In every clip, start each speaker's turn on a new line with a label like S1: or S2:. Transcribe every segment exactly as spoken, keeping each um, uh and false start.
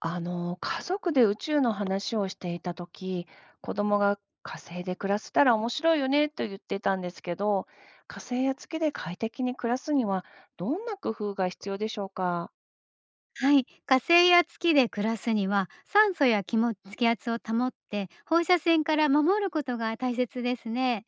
S1: あの、家族で宇宙の話をしていたとき、子供が火星で暮らせたら面白いよねと言ってたんですけど、火星や月で快適に暮らすにはどんな工夫が必要でしょうか。
S2: はい、火星や月で暮らすには酸素や気も気圧を保って放射線から守ることが大切ですね。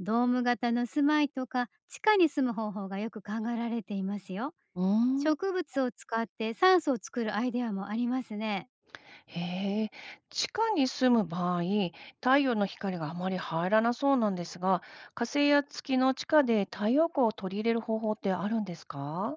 S2: ドーム型の住まいとか地下に住む方法がよく考えられていますよ。
S1: うーん。
S2: 植物を使って酸素を作るアイデアもありますね。
S1: へえ。地下に住む場合、太陽の光があまり入らなそうなんですが、火星や月の地下で太陽光を取り入れる方法ってあるんですか。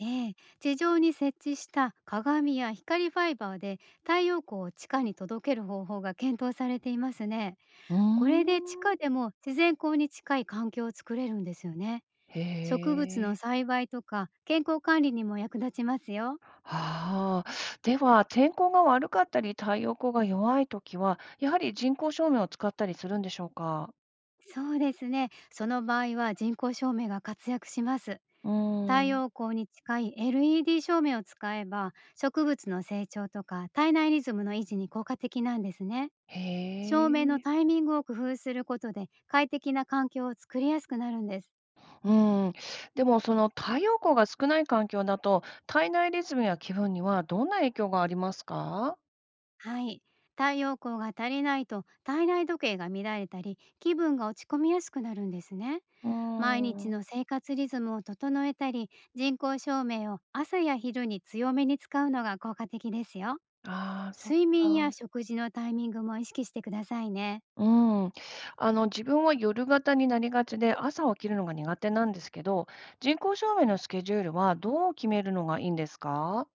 S2: ええ、地上に設置した鏡や光ファイバーで太陽光を地下に届ける方法が検討されていますね。
S1: うー
S2: これで地下
S1: ん。
S2: でも自然光に近い環境を作れるんですよね。
S1: へ
S2: 植物の
S1: え。
S2: 栽培とか健康管理にも役立ちますよ。
S1: ああ、では、天候が悪かったり、太陽光が弱いときは、やはり人工照明を使ったりするんでしょうか？
S2: そうですね。その場合は人工照明が活躍します。
S1: うー
S2: 太
S1: ん。
S2: 陽光に近い エルイーディー 照明を使えば、植物の成長とか体内リズムの維持に効果的なんですね。
S1: へ
S2: 照明の
S1: え。
S2: タイミングを工夫することで、快適な環境を作りやすくなるんです。
S1: うん。でも、その太陽光が少ない環境だと、体内リズムや気分にはどんな影響がありますか？
S2: はい。太陽光が足りないと、体内時計が乱れたり気分が落ち込みやすくなるんですね。
S1: うー
S2: 毎日
S1: ん。
S2: の生活リズムを整えたり、人工照明を朝や昼に強めに使うのが効果的ですよ。
S1: ああ、そっ
S2: 睡眠や
S1: か。
S2: 食事のタイミングも意識してくださいね。
S1: うん。あの、自分は夜型になりがちで、朝起きるのが苦手なんですけど、人工照明のスケジュールはどう決めるのがいいんですか？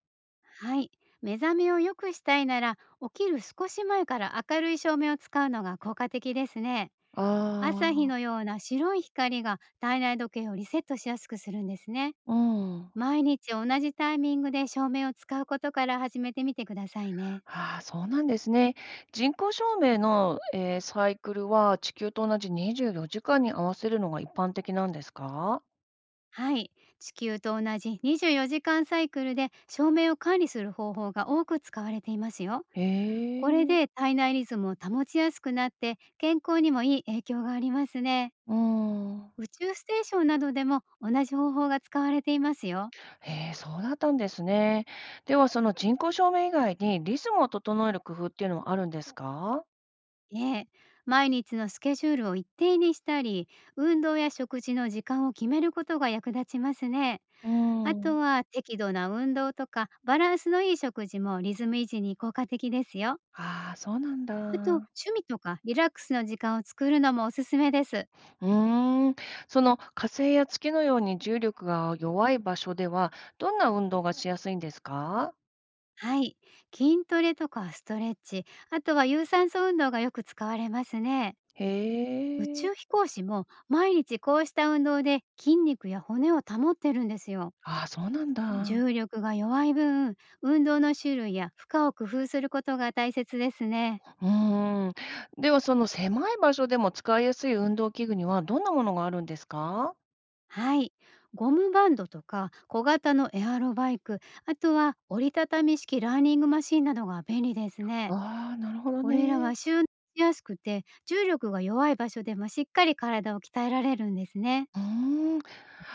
S2: はい。目覚めを良くしたいなら、起きる少し前から明るい照明を使うのが効果的ですね。
S1: あ
S2: 朝日
S1: あ。
S2: のような白い光が体内時計をリセットしやすくするんですね。
S1: うん。
S2: 毎日同じタイミングで照明を使うことから始めてみてくださいね。
S1: ああ、そうなんですね。人工証明の、えーサイクルは地球と同じにじゅうよじかんに合わせるのが一般的なんですか。
S2: はい。地球と同じにじゅうよじかんサイクルで照明を管理する方法が多く使われていますよ。
S1: へ
S2: これで
S1: え。
S2: 体内リズムを保ちやすくなって、健康にもいい影響がありますね。
S1: うん。
S2: 宇宙ステーションなどでも同じ方法が使われていますよ。
S1: へえ、そうだったんですね。では、その人工証明以外にリズムを整える工夫っていうのはあるんですか。
S2: ええ。毎日のスケジュールを一定にしたり、運動や食事の時間を決めることが役立ちますね。
S1: う
S2: あと
S1: ん。
S2: は適度な運動とかバランスのいい食事もリズム維持に効果的ですよ。
S1: ああ、そうなん
S2: あと、趣
S1: だ。
S2: 味とかリラックスの時間を作るのもおすすめです。
S1: うーん。その火星や月のように重力が弱い場所では、どんな運動がしやすいんですか。
S2: はい。筋トレとかストレッチ、あとは有酸素運動がよく使われますね。
S1: へ。
S2: 宇宙飛行士も毎日こうした運動で筋肉や骨を保ってるんですよ。
S1: ああ、そうなんだ。
S2: 重力が弱い分、運動の種類や負荷を工夫することが大切ですね。
S1: うーん。では、その狭い場所でも使いやすい運動器具にはどんなものがあるんですか？
S2: はい。ゴムバンドとか小型のエアロバイク、あとは折りたたみ式ランニングマシンなどが便利ですね。
S1: ああ、なるほど
S2: これらは
S1: ね。
S2: 収納しやすくて、重力が弱い場所でもしっかり体を鍛えられるんですね。
S1: うーん。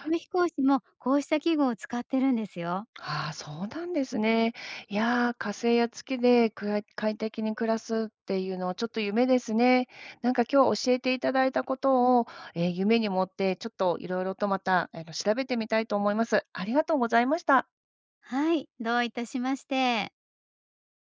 S2: 宇宙飛行士もこうした器具を使ってるんですよ。
S1: ああ、そうなんですね。いやー、火星や月でくら快適に暮らすっていうのはちょっと夢ですね。なんか今日教えていただいたことを、え、夢に持ってちょっといろいろとまた、あの、調べてみたいと思います。ありがとうございました。
S2: はい、どういたしまして。